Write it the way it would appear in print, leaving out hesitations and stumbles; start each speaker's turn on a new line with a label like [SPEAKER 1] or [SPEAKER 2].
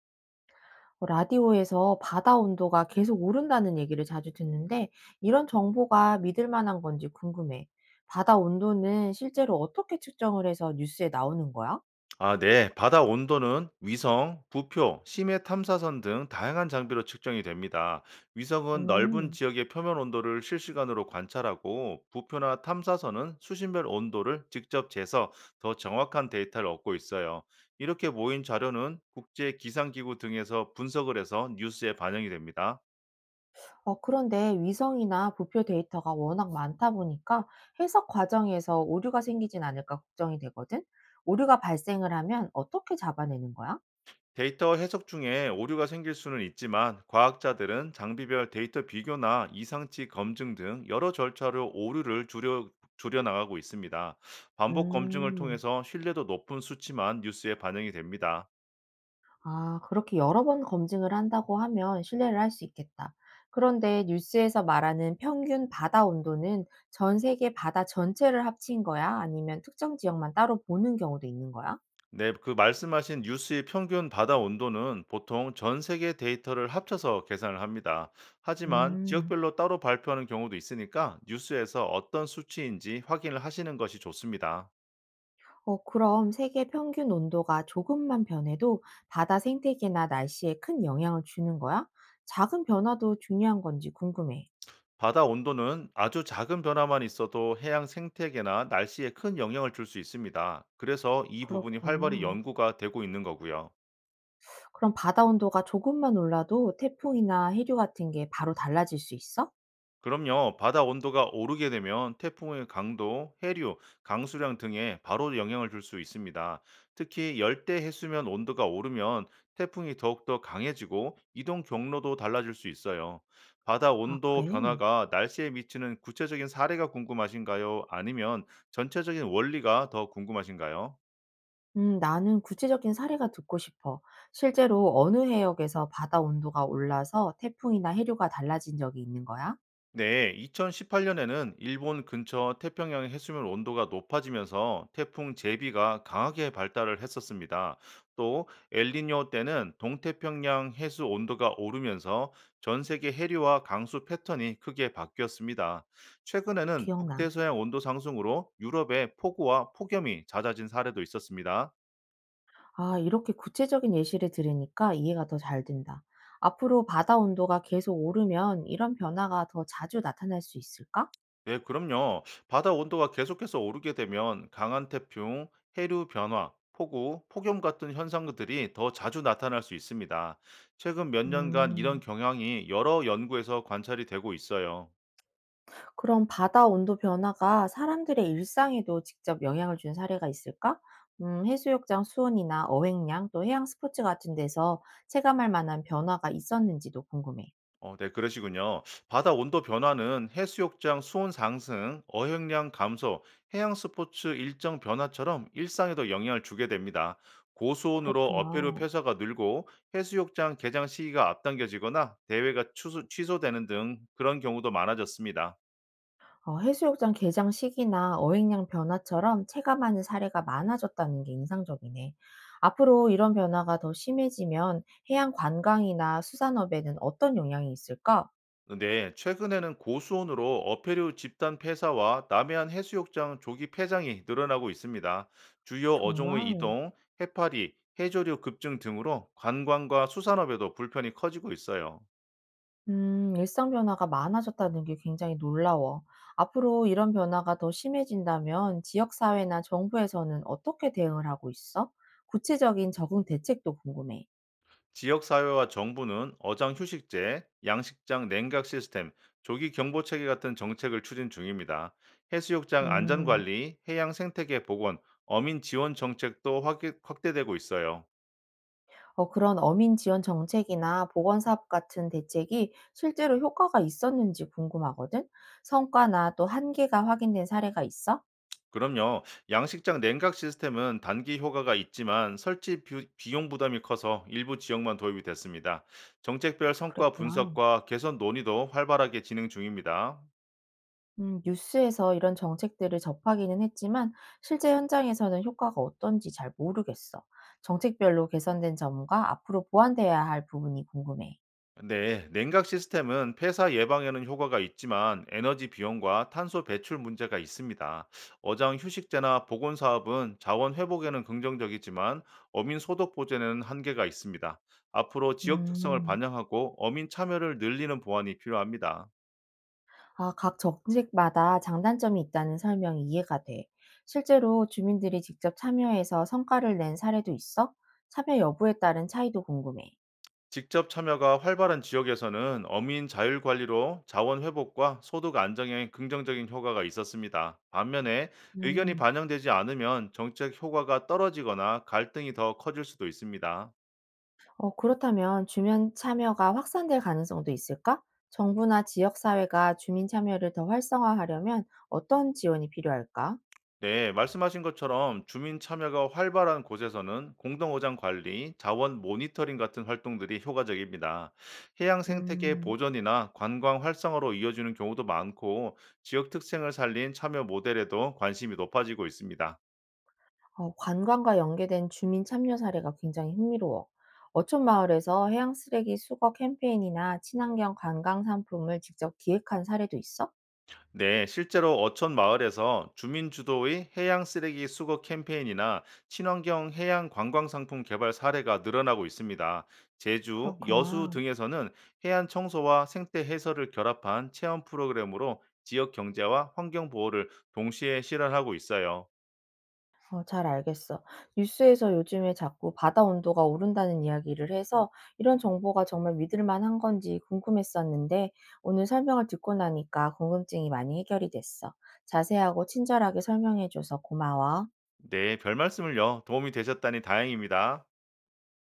[SPEAKER 1] 라디오에서 바다 온도가 계속 오른다는 얘기를 자주 듣는데 이런 정보가 믿을 만한 건지 궁금해. 바다 온도는 실제로 어떻게 측정을 해서 뉴스에 나오는 거야?
[SPEAKER 2] 아, 네. 바다 온도는 위성, 부표, 심해 탐사선 등 다양한 장비로 측정이 됩니다. 위성은 넓은
[SPEAKER 1] 음,
[SPEAKER 2] 지역의 표면 온도를 실시간으로 관찰하고, 부표나 탐사선은 수신별 온도를 직접 재서 더 정확한 데이터를 얻고 있어요. 이렇게 모인 자료는 국제 기상기구 등에서 분석을 해서 뉴스에 반영이 됩니다.
[SPEAKER 1] 그런데 위성이나 부표 데이터가 워낙 많다 보니까 해석 과정에서 오류가 생기진 않을까 걱정이 되거든? 오류가 발생을 하면 어떻게 잡아내는 거야?
[SPEAKER 2] 데이터 해석 중에 오류가 생길 수는 있지만 과학자들은 장비별 데이터 비교나 이상치 검증 등 여러 절차로 오류를 줄여나가고 있습니다. 반복 검증을
[SPEAKER 1] 음.
[SPEAKER 2] 통해서 신뢰도 높은 수치만 뉴스에 반영이 됩니다.
[SPEAKER 1] 아, 그렇게 여러 번 검증을 한다고 하면 신뢰를 할 수 있겠다. 그런데 뉴스에서 말하는 평균 바다 온도는 전 세계 바다 전체를 합친 거야? 아니면 특정 지역만 따로 보는 경우도 있는 거야?
[SPEAKER 2] 네, 그 말씀하신 뉴스의 평균 바다 온도는 보통 전 세계 데이터를 합쳐서 계산을 합니다. 하지만
[SPEAKER 1] 음,
[SPEAKER 2] 지역별로 따로 발표하는 경우도 있으니까 뉴스에서 어떤 수치인지 확인을 하시는 것이 좋습니다.
[SPEAKER 1] 그럼 세계 평균 온도가 조금만 변해도 바다 생태계나 날씨에 큰 영향을 주는 거야? 작은 변화도 중요한 건지 궁금해.
[SPEAKER 2] 바다 온도는 아주 작은 변화만 있어도 해양 생태계나 날씨에 큰 영향을 줄 수 있습니다. 그래서 이 부분이 활발히
[SPEAKER 1] 그렇구나.
[SPEAKER 2] 연구가 되고 있는 거고요.
[SPEAKER 1] 그럼 바다 온도가 조금만 올라도 태풍이나 해류 같은 게 바로 달라질 수 있어?
[SPEAKER 2] 그럼요. 바다 온도가 오르게 되면 태풍의 강도, 해류, 강수량 등에 바로 영향을 줄 수 있습니다. 특히 열대 해수면 온도가 오르면 태풍이 더욱더 강해지고 이동 경로도 달라질 수 있어요. 바다
[SPEAKER 1] 아,
[SPEAKER 2] 온도
[SPEAKER 1] 그래.
[SPEAKER 2] 변화가 날씨에 미치는 구체적인 사례가 궁금하신가요? 아니면 전체적인 원리가 더 궁금하신가요?
[SPEAKER 1] 나는 구체적인 사례가 듣고 싶어. 실제로 어느 해역에서 바다 온도가 올라서 태풍이나 해류가 달라진 적이 있는 거야?
[SPEAKER 2] 네, 2018년에는 일본 근처 태평양의 해수면 온도가 높아지면서 태풍 제비가 강하게 발달을 했었습니다. 또 엘니뇨 때는 동태평양 해수 온도가 오르면서 전 세계 해류와 강수 패턴이 크게 바뀌었습니다. 최근에는
[SPEAKER 1] 기억나.
[SPEAKER 2] 북대서양 온도 상승으로 유럽의 폭우와 폭염이 잦아진 사례도 있었습니다.
[SPEAKER 1] 아, 이렇게 구체적인 예시를 들으니까 이해가 더 잘 된다. 앞으로 바다 온도가 계속 오르면 이런 변화가 더 자주 나타날 수 있을까?
[SPEAKER 2] 네, 그럼요. 바다 온도가 계속해서 오르게 되면 강한 태풍, 해류 변화, 폭우, 폭염 같은 현상들이 더 자주 나타날 수 있습니다. 최근 몇 년간 이런
[SPEAKER 1] 음.
[SPEAKER 2] 경향이 여러 연구에서 관찰이 되고 있어요.
[SPEAKER 1] 그럼 바다 온도 변화가 사람들의 일상에도 직접 영향을 준 사례가 있을까? 해수욕장 수온이나 어획량, 또 해양 스포츠 같은 데서 체감할 만한 변화가 있었는지도 궁금해.
[SPEAKER 2] 네, 그러시군요. 바다 온도 변화는 해수욕장 수온 상승, 어획량 감소, 해양 스포츠 일정 변화처럼 일상에도 영향을 주게 됩니다. 고수온으로 어패류
[SPEAKER 1] 그렇구나.
[SPEAKER 2] 폐사가 늘고 해수욕장 개장 시기가 앞당겨지거나 대회가 취소되는 등 그런 경우도 많아졌습니다.
[SPEAKER 1] 해수욕장 개장 시기나 어획량 변화처럼 체감하는 사례가 많아졌다는 게 인상적이네. 앞으로 이런 변화가 더 심해지면 해양 관광이나 수산업에는 어떤 영향이 있을까?
[SPEAKER 2] 네, 최근에는 고수온으로 어패류 집단 폐사와 남해안 해수욕장 조기 폐장이 늘어나고 있습니다. 주요 어종의
[SPEAKER 1] 정말.
[SPEAKER 2] 이동, 해파리, 해조류 급증 등으로 관광과 수산업에도 불편이 커지고 있어요.
[SPEAKER 1] 일상 변화가 많아졌다는 게 굉장히 놀라워. 앞으로 이런 변화가 더 심해진다면 지역사회나 정부에서는 어떻게 대응을 하고 있어? 구체적인 적응 대책도 궁금해.
[SPEAKER 2] 지역사회와 정부는 어장 휴식제, 양식장 냉각 시스템, 조기 경보 체계 같은 정책을 추진 중입니다. 해수욕장
[SPEAKER 1] 음,
[SPEAKER 2] 안전관리, 해양 생태계 복원, 어민 지원 정책도 확대되고 있어요.
[SPEAKER 1] 그런 어민 지원 정책이나 보건사업 같은 대책이 실제로 효과가 있었는지 궁금하거든? 성과나 또 한계가 확인된 사례가 있어?
[SPEAKER 2] 그럼요. 양식장 냉각 시스템은 단기 효과가 있지만 설치 비용 부담이 커서 일부 지역만 도입이 됐습니다. 정책별 성과
[SPEAKER 1] 그랬구나.
[SPEAKER 2] 분석과 개선 논의도 활발하게 진행 중입니다.
[SPEAKER 1] 뉴스에서 이런 정책들을 접하기는 했지만 실제 현장에서는 효과가 어떤지 잘 모르겠어. 정책별로 개선된 점과 앞으로 보완돼야 할 부분이 궁금해.
[SPEAKER 2] 네, 냉각 시스템은 폐사 예방에는 효과가 있지만 에너지 비용과 탄소 배출 문제가 있습니다. 어장 휴식제나 보건 사업은 자원 회복에는 긍정적이지만 어민 소득 보전에는 한계가 있습니다. 앞으로 지역 특성을
[SPEAKER 1] 음,
[SPEAKER 2] 반영하고 어민 참여를 늘리는 보완이 필요합니다.
[SPEAKER 1] 아, 각 정책마다 장단점이 있다는 설명이 이해가 돼. 실제로 주민들이 직접 참여해서 성과를 낸 사례도 있어? 참여 여부에 따른 차이도 궁금해.
[SPEAKER 2] 직접 참여가 활발한 지역에서는 어민 자율 관리로 자원 회복과 소득 안정에 긍정적인 효과가 있었습니다. 반면에 의견이
[SPEAKER 1] 음.
[SPEAKER 2] 반영되지 않으면 정책 효과가 떨어지거나 갈등이 더 커질 수도 있습니다.
[SPEAKER 1] 그렇다면 주민 참여가 확산될 가능성도 있을까? 정부나 지역사회가 주민 참여를 더 활성화하려면 어떤 지원이 필요할까?
[SPEAKER 2] 네, 말씀하신 것처럼 주민 참여가 활발한 곳에서는 공동오장 관리, 자원 모니터링 같은 활동들이 효과적입니다. 해양 생태계
[SPEAKER 1] 음,
[SPEAKER 2] 보존이나 관광 활성화로 이어지는 경우도 많고 지역 특색을 살린 참여 모델에도 관심이 높아지고 있습니다.
[SPEAKER 1] 관광과 연계된 주민 참여 사례가 굉장히 흥미로워. 어촌 마을에서 해양 쓰레기 수거 캠페인이나 친환경 관광 상품을 직접 기획한 사례도 있어?
[SPEAKER 2] 네, 실제로 어촌 마을에서 주민 주도의 해양 쓰레기 수거 캠페인이나 친환경 해양 관광 상품 개발 사례가 늘어나고 있습니다. 제주, 여수
[SPEAKER 1] 그렇구나.
[SPEAKER 2] 등에서는 해안 청소와 생태 해설을 결합한 체험 프로그램으로 지역 경제와 환경 보호를 동시에 실현하고 있어요.
[SPEAKER 1] 잘 알겠어. 뉴스에서 요즘에 자꾸 바다 온도가 오른다는 이야기를 해서 이런 정보가 정말 믿을 만한 건지 궁금했었는데 오늘 설명을 듣고 나니까 궁금증이 많이 해결이 됐어. 자세하고 친절하게 설명해줘서 고마워.
[SPEAKER 2] 네, 별 말씀을요. 도움이 되셨다니 다행입니다.